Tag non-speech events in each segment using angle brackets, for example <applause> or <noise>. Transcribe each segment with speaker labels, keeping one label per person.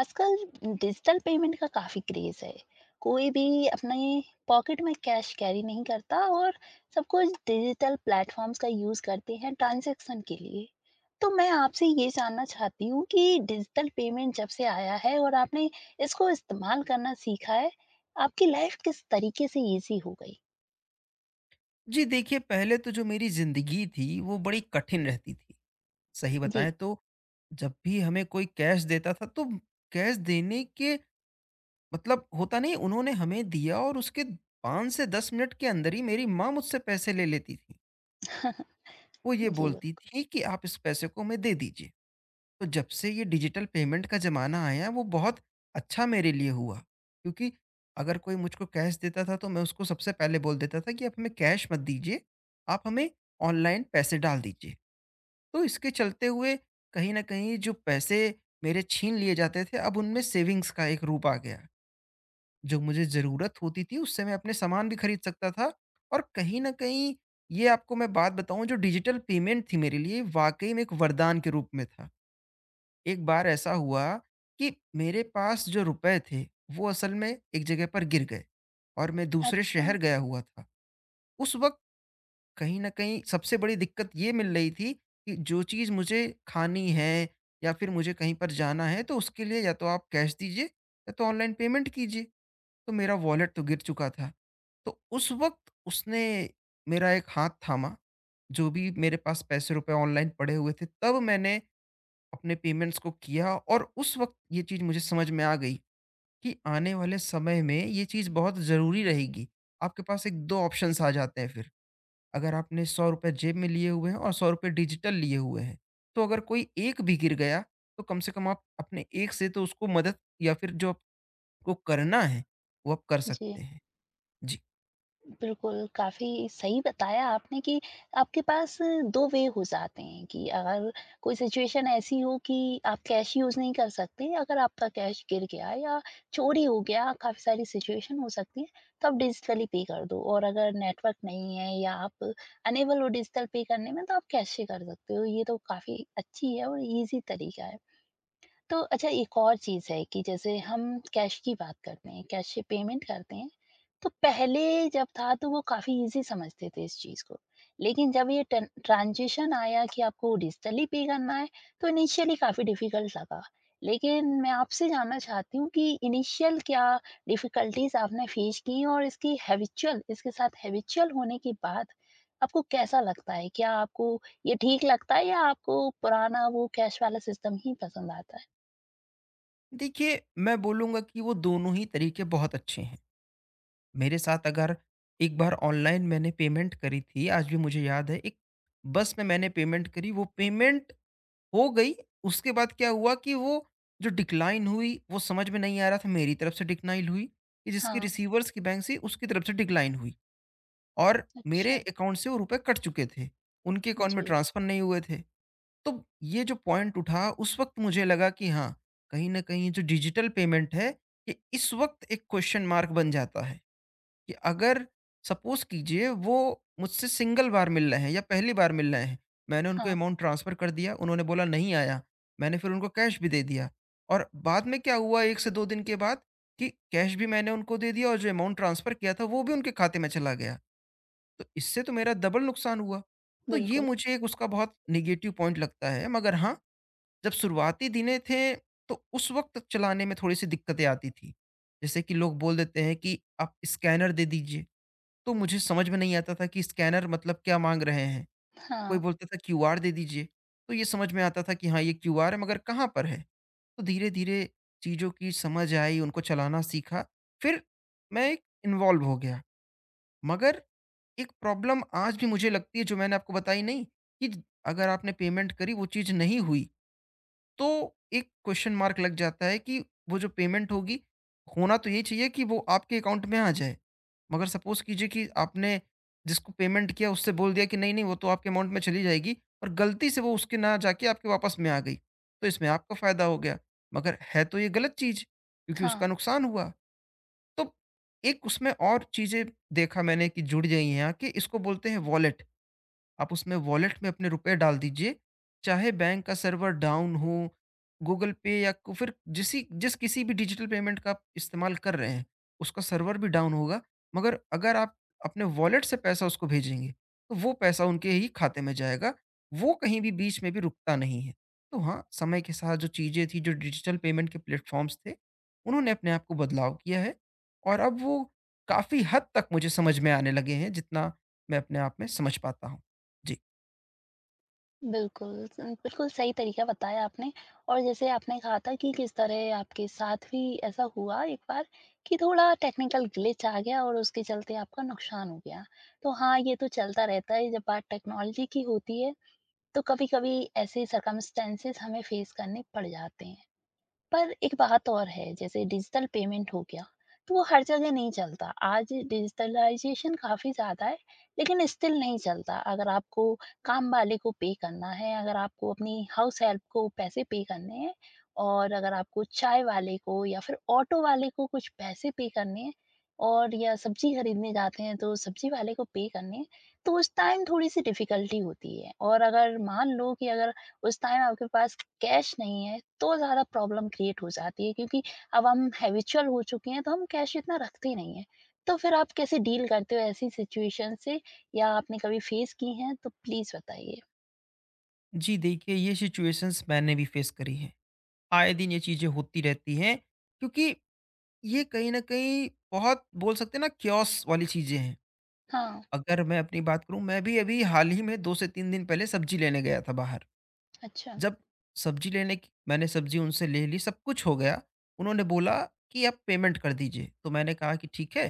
Speaker 1: आजकल digital payment का काफी क्रेज है। कोई भी अपने पॉकेट में कैश कैरी नहीं करता और सब कुछ डिजिटल प्लेटफॉर्म्स का यूज करते हैं ट्रांजैक्शन के लिए। तो मैं आपसे ये जानना चाहती हूँ कि डिजिटल पेमेंट जब से आया है और आपने इसको इस्तेमाल करना सीखा है, आपकी लाइफ किस तरीके से इजी हो गई?
Speaker 2: जी देखिए, पहले तो जो मेरी ज़िंदगी थी, वो बड़ी कठिन रहती थी। सही
Speaker 1: जी।
Speaker 2: बताएँ तो जब भी हमें कोई कैश देता था, तो कैश देने के मतलब होता नहीं उन्होंने हमें दिया और उसके 5 से 10 मिनट के अंदर ही मेरी माँ मुझसे पैसे ले लेती थी। वो ये
Speaker 1: <laughs> जी।
Speaker 2: बोलती थी कि आप इस पैसे को हमें दे दीजिए। तो जब से ये डिजिटल पेमेंट का ज़माना आया है, वो बहुत अच्छा मेरे लिए हुआ। क्योंकि अगर कोई मुझको कैश देता था, तो मैं उसको सबसे पहले बोल देता था कि आप हमें कैश मत दीजिए, आप हमें ऑनलाइन पैसे डाल दीजिए। तो इसके चलते हुए कहीं न कहीं जो पैसे मेरे छीन लिए जाते थे, अब उनमें सेविंग्स का एक रूप आ गया। जो मुझे ज़रूरत होती थी, उससे मैं अपने सामान भी खरीद सकता था और कहीं न कहीं ये आपको मैं बात बताऊँ, जो डिजिटल पेमेंट थी मेरे लिए, वाक़ई में एक वरदान के रूप में था। एक बार ऐसा हुआ कि मेरे पास जो रुपए थे वो असल में एक जगह पर गिर गए और मैं दूसरे
Speaker 1: अच्छा।
Speaker 2: शहर गया हुआ था। उस वक्त कहीं ना कहीं सबसे बड़ी दिक्कत ये मिल रही थी कि जो चीज़ मुझे खानी है या फिर मुझे कहीं पर जाना है तो उसके लिए या तो आप कैश दीजिए या तो ऑनलाइन पेमेंट कीजिए। तो मेरा वॉलेट तो गिर चुका था, तो उस वक्त उसने मेरा एक हाथ थामा। जो भी मेरे पास पैसे रुपए ऑनलाइन पड़े हुए थे, तब मैंने अपने पेमेंट्स को किया और उस वक़्त ये चीज़ मुझे समझ में आ गई कि आने वाले समय में ये चीज़ बहुत ज़रूरी रहेगी। आपके पास एक 2 ऑप्शंस आ जाते हैं फिर। अगर आपने ₹100 जेब में लिए हुए हैं और ₹100 डिजिटल लिए हुए हैं, तो अगर कोई एक भी गिर गया, तो कम से कम आप अपने एक से तो उसको मदद या फिर जो आपको करना है, वो आप कर
Speaker 1: जी।
Speaker 2: सकते हैं। जी।
Speaker 1: बिल्कुल, काफ़ी सही बताया आपने कि आपके पास 2 वे हो जाते हैं कि अगर कोई सिचुएशन ऐसी हो कि आप कैश यूज़ नहीं कर सकते, अगर आपका कैश गिर गया या चोरी हो गया, काफ़ी सारी सिचुएशन हो सकती है, तो आप डिजिटली पे कर दो, और अगर नेटवर्क नहीं है या आप अनेबल हो डिजिटल पे करने में, तो आप कैश से कर सकते हो। ये तो काफ़ी अच्छी है और ईज़ी तरीका है। तो अच्छा, एक और चीज़ है कि जैसे हम कैश की बात करते हैं, कैश से पेमेंट करते हैं, तो पहले जब था तो वो काफ़ी ईज़ी समझते थे इस चीज़ को। लेकिन जब ये टन ट्रांज़िशन आया कि आपको डिजिटली पे करना है, तो इनिशियली काफ़ी डिफ़िकल्ट लगा। लेकिन मैं आपसे जानना चाहती हूँ कि इनिशियल क्या डिफ़िकल्टीज़ आपने फेस की, और इसकी हैबिचुअल इसके साथ हैबिचुअल होने के बाद आपको कैसा लगता है? क्या आपको ये ठीक लगता है या आपको पुराना वो कैश वाला सिस्टम ही पसंद आता है?
Speaker 2: देखिए, मैं बोलूँगा कि वो दोनों ही तरीके बहुत अच्छे हैं। मेरे साथ अगर एक बार ऑनलाइन मैंने पेमेंट करी थी, आज भी मुझे याद है, एक बस में मैंने पेमेंट करी, वो पेमेंट हो गई, उसके बाद क्या हुआ कि वो जो डिक्लाइन हुई, वो समझ में नहीं आ रहा था, मेरी तरफ से डिक्लाइन हुई, कि जिसकी
Speaker 1: हाँ।
Speaker 2: रिसीवर्स की बैंक से उसकी तरफ से डिक्लाइन हुई और
Speaker 1: अच्छा।
Speaker 2: मेरे अकाउंट से वो रुपए कट चुके थे, उनके अकाउंट में
Speaker 1: जी।
Speaker 2: ट्रांसफर नहीं हुए थे। तो ये जो पॉइंट उठा, उस वक़्त मुझे लगा कि हाँ, कहीं न कहीं जो डिजिटल पेमेंट है, ये इस वक़्त एक क्वेश्चन मार्क बन जाता है। कि अगर सपोज कीजिए वो मुझसे सिंगल बार मिल रहे हैं या पहली बार मिल रहे हैं, मैंने उनको
Speaker 1: हाँ।
Speaker 2: अमाउंट ट्रांसफर कर दिया, उन्होंने बोला नहीं आया। मैंने फिर उनको कैश भी दे दिया और बाद में क्या हुआ एक से दो दिन के बाद कि कैश भी मैंने उनको दे दिया और जो अमाउंट ट्रांसफर किया था वो भी उनके खाते में चला गया। तो इससे तो मेरा डबल नुकसान हुआ। तो ये
Speaker 1: बिल्कुल।
Speaker 2: मुझे एक उसका बहुत निगेटिव पॉइंट लगता है, मगर हाँ, जब शुरुआती दिने थे तो उस वक्त चलाने में थोड़ी सी दिक्कतें आती थी। जैसे कि लोग बोल देते हैं कि आप स्कैनर दे दीजिए, तो मुझे समझ में नहीं आता था कि स्कैनर मतलब क्या माँग रहे हैं। कोई
Speaker 1: हाँ,
Speaker 2: बोलता था क्यूआर दे दीजिए, तो ये समझ में आता था कि हाँ, ये क्यूआर है मगर कहाँ पर है? तो धीरे-धीरे चीज़ों की समझ आई, उनको चलाना सीखा, फिर मैं एक इन्वॉल्व हो गया। मगर एक प्रॉब्लम आज भी मुझे लगती है जो मैंने आपको बताई नहीं, कि अगर आपने पेमेंट करी वो चीज़ नहीं हुई, तो एक क्वेश्चन मार्क लग जाता है कि वो जो पेमेंट होगी, होना तो यही चाहिए कि वो आपके अकाउंट में आ जाए। मगर सपोज़ कीजिए कि आपने जिसको पेमेंट किया उससे बोल दिया कि नहीं-नहीं वो तो आपके अमाउंट में चली जाएगी और गलती से वो उसके ना जाके आपके वापस में आ गई। तो इसमें आपका फ़ायदा हो गया, मगर है तो ये गलत चीज़ क्योंकि
Speaker 1: हाँ,
Speaker 2: उसका नुकसान हुआ। तो एक उसमें और चीज़ें देखा मैंने कि जुड़ गई हैं आके, इसको बोलते हैं वॉलेट। आप उसमें वॉलेट में अपने रुपए डाल दीजिए, चाहे बैंक का सर्वर डाउन हो, गूगल पे या क फिर जिसी जिस किसी भी डिजिटल पेमेंट का आप इस्तेमाल कर रहे हैं, उसका सर्वर भी डाउन होगा, मगर अगर आप अपने वॉलेट से पैसा उसको भेजेंगे, तो वो पैसा उनके ही खाते में जाएगा, वो कहीं भी बीच में भी रुकता नहीं है। तो हाँ, समय के साथ जो चीज़ें थी, जो डिजिटल पेमेंट के प्लेटफ़ॉर्म्स थे, उन्होंने अपने आप को बदलाव किया है और अब वो काफ़ी हद तक मुझे समझ में आने लगे हैं, जितना मैं अपने आप में समझ पाता हूँ। जी।
Speaker 1: बिल्कुल, स बिल्कुल सही तरीका बताया आपने। और जैसे आपने कहा था कि किस तरह आपके साथ भी ऐसा हुआ एक बार कि थोड़ा टेक्निकल ग्लिच आ गया और उसके चलते आपका नुकसान हो गया। तो हाँ, ये तो चलता रहता है जब बात टेक्नोलॉजी की होती है, तो कभी-कभी ऐसे सर्कमस्टेंसेस हमें फेस करने पड़ जाते हैं। पर एक बात और है, जैसे डिजिटल पेमेंट हो गया तो वो हर जगह नहीं चलता। आज डिजिटलाइजेशन काफी ज्यादा है, लेकिन स्टिल नहीं चलता। अगर आपको काम वाले को पे करना है, अगर आपको अपनी हाउस हेल्प को पैसे पे करने हैं, और अगर आपको चाय वाले को या फिर ऑटो वाले को कुछ पैसे पे करने हैं, और या सब्जी खरीदने जाते हैं तो सब्जी वाले को पे करने हैं, तो उस टाइम थोड़ी सी डिफिकल्टी होती है। और अगर मान लो कि अगर उस टाइम आपके पास कैश नहीं है, तो ज़्यादा प्रॉब्लम क्रिएट हो जाती है क्योंकि अब हम हैबिचुअल हो चुके हैं, तो हम कैश इतना रखते ही नहीं हैं। तो फिर आप कैसे डील करते हो ऐसी सिचुएशन से, या आपने कभी फेस की हैं? तो प्लीज़ बताइए।
Speaker 2: जी, देखिए ये सिचुएशंस मैंने भी फेस करी हैं। आए दिन ये चीज़ें होती रहती हैं क्योंकि ये कहीं न कहीं बहुत बोल सकते हैं ना, कियोस्क वाली चीज़ें हैं।
Speaker 1: हाँ।
Speaker 2: अगर मैं अपनी बात करूँ, मैं भी अभी हाल ही में 2 से 3 दिन पहले सब्ज़ी लेने गया था बाहर।
Speaker 1: अच्छा।
Speaker 2: जब सब्ज़ी लेने की मैंने सब्ज़ी उनसे ले ली, सब कुछ हो गया। उन्होंने बोला कि आप पेमेंट कर दीजिए। तो मैंने कहा कि ठीक है,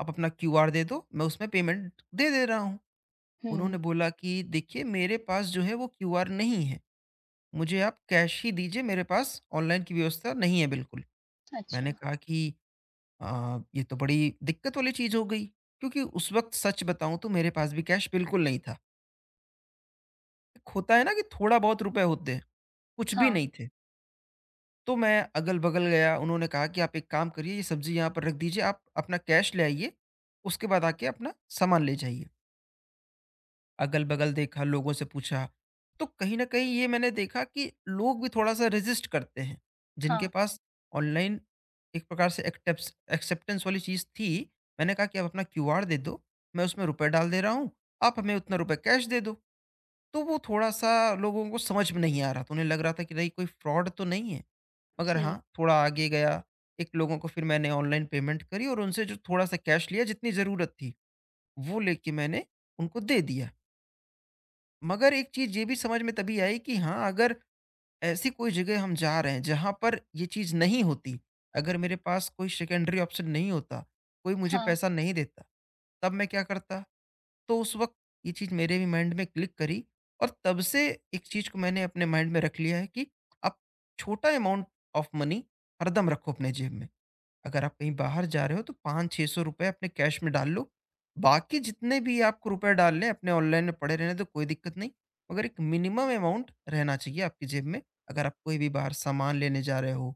Speaker 2: आप अपना क्यूआर दे दो, मैं उसमें पेमेंट दे दे रहा हूँ।
Speaker 1: हुँ।
Speaker 2: उन्होंने बोला कि देखिए मेरे पास जो है वो क्यूआर नहीं है। मुझे आप कैश ही दीजिए, मेरे पास ऑनलाइन की व्यवस्था नहीं है बिल्कुल।
Speaker 1: अच्छा।
Speaker 2: मैंने कहा कि ये तो बड़ी दिक्कत वाली चीज़ हो गई क्योंकि उस वक़्त सच बताऊँ तो मेरे पास भी कैश बिल्कुल नहीं था। एक होता है ना कि थोड़ा बहुत रुपए होते हैं, कुछ भी
Speaker 1: हाँ।
Speaker 2: नहीं थे। तो मैं अगल-बगल गया, उन्होंने कहा कि आप एक काम करिए ये सब्ज़ी यहाँ पर रख दीजिए, आप अपना कैश ले आइए, उसके बाद आके अपना सामान ले जाइए। अगल-बगल देखा, लोगों से पूछा, तो कहीं न कहीं ये मैंने देखा कि लोग भी थोड़ा-सा रेज़िस्ट करते हैं। जिनके
Speaker 1: हाँ,
Speaker 2: पास ऑनलाइन एक प्रकार से एक्टेप्स एक्सेप्टेंस वाली चीज़ थी, मैंने कहा कि आप अपना क्यूआर दे दो, मैं उसमें रुपए डाल दे रहा हूँ, आप हमें उतना रुपए कैश दे दो। तो वो थोड़ा-सा लोगों को समझ में नहीं आ रहा था, उन्हें लग रहा था कि नहीं कोई फ्रॉड तो नहीं है। मगर हाँ,
Speaker 1: जी।
Speaker 2: थोड़ा आगे गया, एक लोगों को फिर मैंने ऑनलाइन पेमेंट करी और उनसे जो थोड़ा-सा कैश लिया जितनी ज़रूरत थी, वो लेके मैंने उनको दे दिया। मगर एक चीज़ ये भी समझ में तभी आई कि हाँ, अगर ऐसी कोई जगह हम जा रहे हैं, जहाँ पर ये चीज़ नहीं होती, अगर मेरे पास कोई सेकेंडरी ऑप्शन नहीं होता, कोई मुझे
Speaker 1: हाँ।
Speaker 2: पैसा नहीं देता, तब मैं क्या करता? तो उस वक़्त ये चीज़ मेरे भी माइंड में क्लिक करी और तब से एक चीज़ को मैंने अपने माइंड में रख लिया है कि आप छोटा अमाउंट ऑफ मनी हरदम रखो अपने जेब में। अगर आप कहीं बाहर जा रहे हो तो 500-600 रुपए अपने कैश में डाल लो। बाकी जितने भी आपको रुपए डालने हैं अपने ऑनलाइन में पड़े रहने दो, कोई दिक्कत नहीं। मगर एक मिनिमम अमाउंट रहना चाहिए आपकी जेब में, अगर आप कोई भी बाहर सामान लेने जा रहे हो,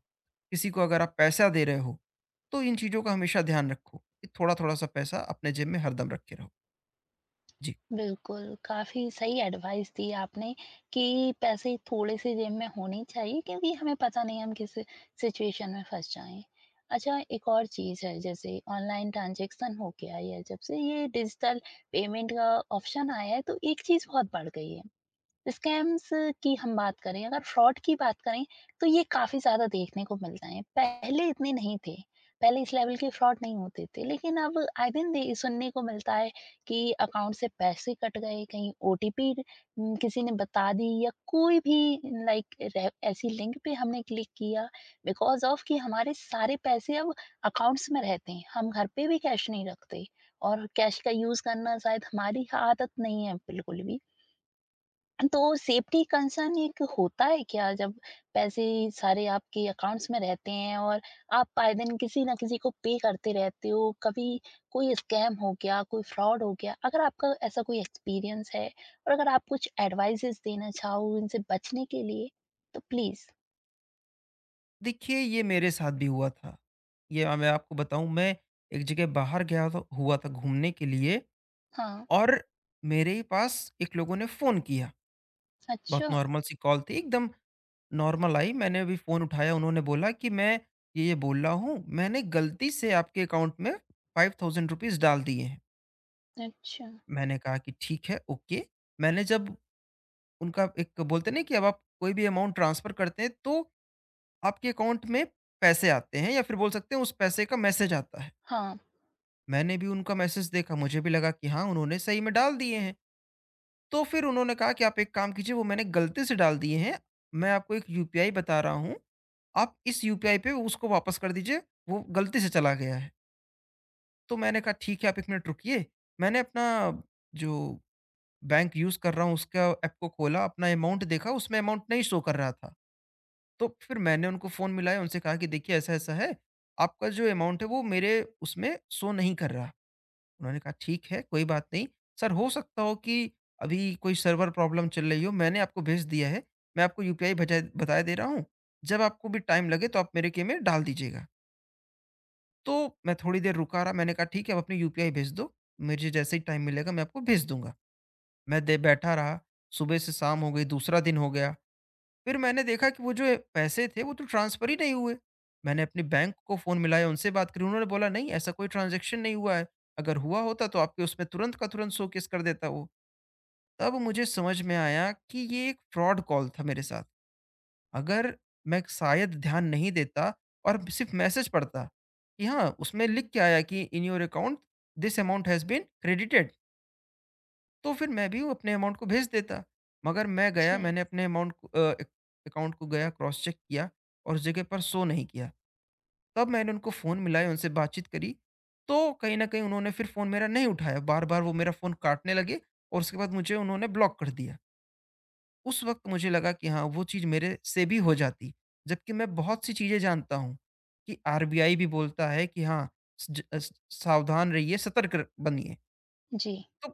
Speaker 2: किसी को अगर आप पैसा दे रहे हो, तो इन चीज़ों का हमेशा ध्यान रखो कि थोड़ा-थोड़ा सा पैसा अपने जेब में हरदम रखे रहो। जी।
Speaker 1: बिल्कुल, काफ़ी सही एडवाइस दी आपने कि पैसे थोड़े से जेब में होने चाहिए क्योंकि हमें पता नहीं हम किस सिचुएशन में फँस जाएँ। अच्छा, एक और चीज़ है, जैसे ऑनलाइन ट्रांज़ैक्शन हो गया या जब से ये डिजिटल पेमेंट का ऑप्शन आया है, तो एक चीज़ बहुत बढ़ गई है। स्कैम्स की हम बात करें, अगर फ्रॉड की बात करें, तो ये काफ़ी ज़्यादा देखने को मिलता है। पहले इतने नहीं थे, पहले इस लेवल के फ्रॉड नहीं होते थे, लेकिन अब आए दिन दे सुनने को मिलता है कि अकाउंट से पैसे कट गए, कहीं ओटीपी किसी ने बता दी, या कोई भी लाइक रे ऐसी लिंक पे हमने क्लिक किया, बिकॉज़ ऑफ कि हमारे सारे पैसे अब अकाउंट्स में रहते हैं, हम घर पे भी कैश नहीं रखते, और कैश का यूज़ करना शायद हमारी आदत नहीं है बिल्कुल भी। तो सेफ्टी कंसर्न एक होता है क्या जब पैसे सारे आपके अकाउंट्स में रहते हैं और आप आए दिन किसी ना किसी को पे करते रहते हो। कभी कोई स्कैम हो गया, कोई फ्रॉड हो गया, अगर आपका ऐसा कोई एक्सपीरियंस है, और अगर आप कुछ एडवाइसेस देना चाहो इनसे बचने के लिए, तो प्लीज।
Speaker 2: देखिए ये मेरे साथ भी हुआ था। ये मैं आपको बताऊँ, मैं एक जगह बाहर गया था हुआ था घूमने के लिए
Speaker 1: हाँ।
Speaker 2: और मेरे ही पास एक लोगों ने फ़ोन किया। बहुत
Speaker 1: अच्छा।
Speaker 2: नॉर्मल सी कॉल थी, एकदम नॉर्मल आई। मैंने अभी फ़ोन उठाया, उन्होंने बोला कि मैं ये-ये बोल रहा हूँ, मैंने गलती से आपके अकाउंट में ₹5000 डाल दिए हैं।
Speaker 1: अच्छा।
Speaker 2: मैंने कहा कि ठीक है, ओके। मैंने जब उनका एक बोलते नहीं कि अब आप कोई भी अमाउंट ट्रांसफ़र करते हैं तो आपके अकाउंट में पैसे आते हैं या फिर बोल सकते हैं उस पैसे का मैसेज आता है।
Speaker 1: हाँ।
Speaker 2: मैंने भी उनका मैसेज देखा, मुझे भी लगा कि हाँ, उन्होंने सही में डाल दिए हैं। तो फिर उन्होंने कहा कि आप एक काम कीजिए, वो मैंने गलती से डाल दिए हैं। मैं आपको एक यूपीआई बता रहा हूँ, आप इस यूपीआई पे उसको वापस कर दीजिए, वो गलती से चला गया है। तो मैंने कहा ठीक है आप 1 मिनट रुकिए। मैंने अपना जो बैंक यूज़ कर रहा हूँ उसका ऐप को खोला, अपना अमाउंट देखा, उसमें अमाउंट नहीं शो कर रहा था। तो फिर मैंने उनको फ़ोन मिलाया, उनसे कहा कि देखिए ऐसा-ऐसा है, आपका जो अमाउंट है वो मेरे उसमें शो नहीं कर रहा। उन्होंने कहा, "ठीक है, कोई बात नहीं। सर हो सकता हो कि अभी कोई सर्वर प्रॉब्लम चल रही हो, मैंने आपको भेज दिया है। मैं आपको यूपीआई बजाय बताए दे रहा हूँ। जब आपको भी टाइम लगे तो आप मेरे के में डाल दीजिएगा।" तो मैं थोड़ी देर रुका रहा, मैंने कहा, "ठीक है, आप अपनी यूपीआई भेज दो। मुझे जैसे ही टाइम मिलेगा मैं आपको भेज दूँगा।" मैं दे बैठा रहा, सुबह से शाम हो गई, दूसरा दिन हो गया। फिर मैंने देखा कि वो जो पैसे थे वो तो ट्रांसफ़र ही नहीं हुए। मैंने अपने बैंक को फ़ोन मिलाया उनसे बात करी, उन्होंने बोला नहीं ऐसा कोई ट्रांज़ैक्शन नहीं हुआ है। अगर हुआ होता तो आपके उसमें तुरंत का तुरंत शो केस कर देता वो। तब मुझे समझ में आया कि ये एक फ्रॉड कॉल था मेरे साथ। अगर मैं शायद ध्यान नहीं देता और सिर्फ़ मैसेज पढ़ता कि हाँ, उसमें लिख के आया कि in your account this amount has been credited. तो फिर मैं भी वो अपने अमाउंट को भेज देता। मगर मैं गया,
Speaker 1: जी।
Speaker 2: मैंने अपने अमाउंट को एक अकाउंट को गया क्रॉस चेक किया और उस जगह पर शो नहीं किया। तब मैंने उनको फ़ोन मिलाया, उनसे बातचीत करी, तो कहीं न कहीं उन्होंने फिर फ़ोन मेरा नहीं उठाया। बार-बार वो मेरा फ़ोन काटने लगे और उसके बाद मुझे उन्होंने ब्लॉक कर दिया। उस वक़्त मुझे लगा कि हाँ, वो चीज़ मेरे से भी हो जाती। जबकि मैं बहुत सी चीज़ें जानता हूँ कि आरबीआई भी बोलता है कि हाँ, स ज अ, स- सावधान रहिए, सतर्क र बनिए।
Speaker 1: जी।
Speaker 2: तो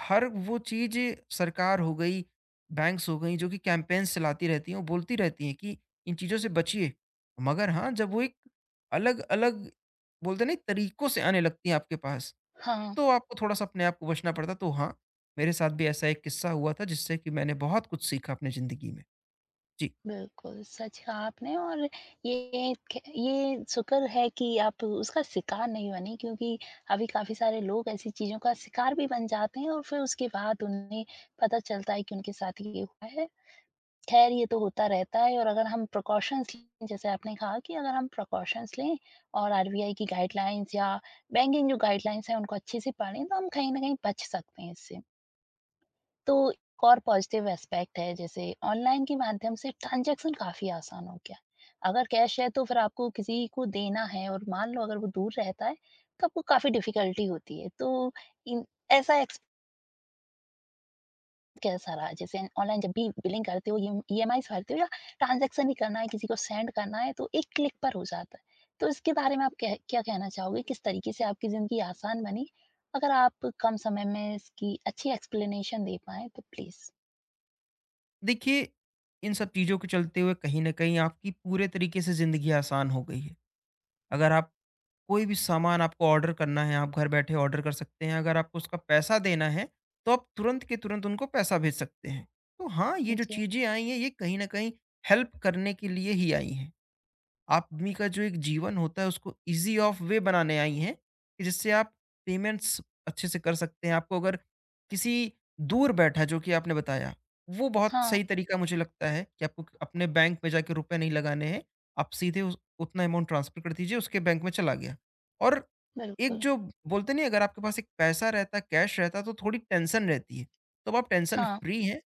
Speaker 2: हर वो चीज़ सरकार हो गई, बैंक्स हो गईं जो कि कैम्पेन्स चलाती रहती हैं, वो बोलती रहती हैं कि इन चीज़ों से बचिए। मगर हाँ, जब वो एक अलग-अलग बोलते हैं ना तरीकों से आने लगती हैं आपके पास,
Speaker 1: हाँ।
Speaker 2: तो आपको थोड़ा-सा अपने आप को बचना पड़ता है। तो हाँ, मेरे साथ भी ऐसा एक किस्सा हुआ था जिससे कि मैंने बहुत कुछ सीखा अपनी ज़िंदगी में। जी।
Speaker 1: बिल्कुल, सच कहा आपने। और ये ख ये शुक्र है कि आप उसका शिकार नहीं बने क्योंकि अभी काफ़ी सारे लोग ऐसी चीज़ों का शिकार भी बन जाते हैं और फिर उसके बाद उन्हें पता चलता है कि उनके साथ ये हुआ है। ख़ैर, ये तो होता रहता है। और अगर हम प्रिकॉशंस लें, जैसे आपने कहा कि अगर हम प्रिकॉशंस लें और आरबीआई की गाइडलाइंस या बैंकिंग जो गाइडलाइंस हैं उनको अच्छे से पढ़ें, तो हम कहीं न कहीं बच सकते हैं इससे। तो एक और पॉजिटिव एस्पेक्ट है, जैसे ऑनलाइन के माध्यम से ट्रांजैक्शन काफ़ी आसान हो गया। अगर कैश है तो फिर आपको किसी को देना है और मान लो अगर वो दूर रहता है तो आपको काफ़ी डिफ़िकल्टी होती है। तो इन ऐसा एक्सपीरियंस कैसा रहा? जैसे ऑनलाइन जब भी बिलिंग करते हो, ईएमआईज़ भरते हो या ट्रांजैक्शन ही करना है, किसी को सेंड करना है, तो एक क्लिक पर हो जाता है। तो इसके बारे में आप कह क्या कहना चाहोगे? किस तरीके से आपकी ज़िंदगी आसान बनी? अगर आप कम समय में इसकी अच्छी एक्सप्लेनेशन दे पाएँ तो प्लीज़।
Speaker 2: देखिए, इन सब चीज़ों के चलते हुए कहीं न कहीं आपकी पूरे तरीके से ज़िंदगी आसान हो गई है। अगर आप कोई भी सामान आपको ऑर्डर करना है, आप घर बैठे ऑर्डर कर सकते हैं। अगर आपको उसका पैसा देना है, तो आप तुरंत के तुरंत उनको पैसा भेज सकते हैं। तो हाँ, ये जो
Speaker 1: जी।
Speaker 2: चीज़ें आई हैं, ये कहीं न कहीं हेल्प करने के लिए ही आई हैं। आदमी का जो एक जीवन होता है उसको ईज़ी ऑफ वे बनाने आई हैं, कि जिससे आप पेमेंट्स अच्छे से कर सकते हैं। आपको अगर किसी दूर बैठा जो कि आपने बताया, वो बहुत
Speaker 1: हाँ।
Speaker 2: सही तरीका मुझे लगता है कि आपको अपने बैंक में जाके रुपए नहीं लगाने हैं। आप सीधे उस उतना अमाउंट ट्रांसफर कर दीजिए, उसके बैंक में चला गया। और एक
Speaker 1: बिल्कुल।
Speaker 2: जो बोलते नहीं, अगर आपके पास एक पैसा रहता, कैश रहता तो थोड़ी टेंशन रहती है। तो अब आप टेंशन
Speaker 1: हाँ।
Speaker 2: फ्री हैं।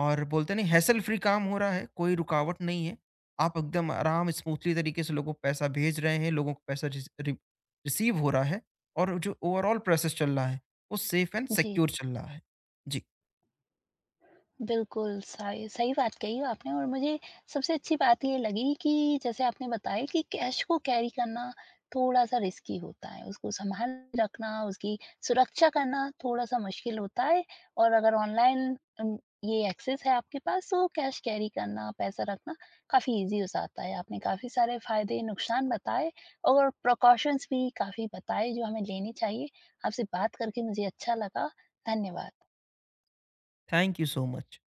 Speaker 2: और बोलते नहीं हैसल फ्री काम हो रहा है, कोई रुकावट नहीं है। आप एकदम आराम स्मूथली तरीके से लोगों को पैसा भेज रहे हैं, लोगों को पैसा रिसीव हो रहा है और जो ओवरऑल प्रोसेस चल रहा है, वो सेफ एंड
Speaker 1: जी।
Speaker 2: सिक्योर चल रहा है। जी,
Speaker 1: बिल्कुल सही सही बात कही आपने। और मुझे सबसे अच्छी बात ये लगी कि जैसे आपने बताया कि कैश को कैरी करना थोड़ा-सा रिस्की होता है, उसको सँभाल रखना, उसकी सुरक्षा करना थोड़ा-सा मुश्किल होता है, और अगर ऑनलाइन ये एक्सेस है आपके पास तो कैश कैरी करना, पैसा रखना काफ़ी ईज़ी हो जाता है। आपने काफ़ी सारे फ़ायदे, नुकसान बताए और प्रिकॉशंस भी काफ़ी बताए जो हमें लेने चाहिए। आपसे बात करके मुझे अच्छा लगा। धन्यवाद।
Speaker 2: Thank you so much.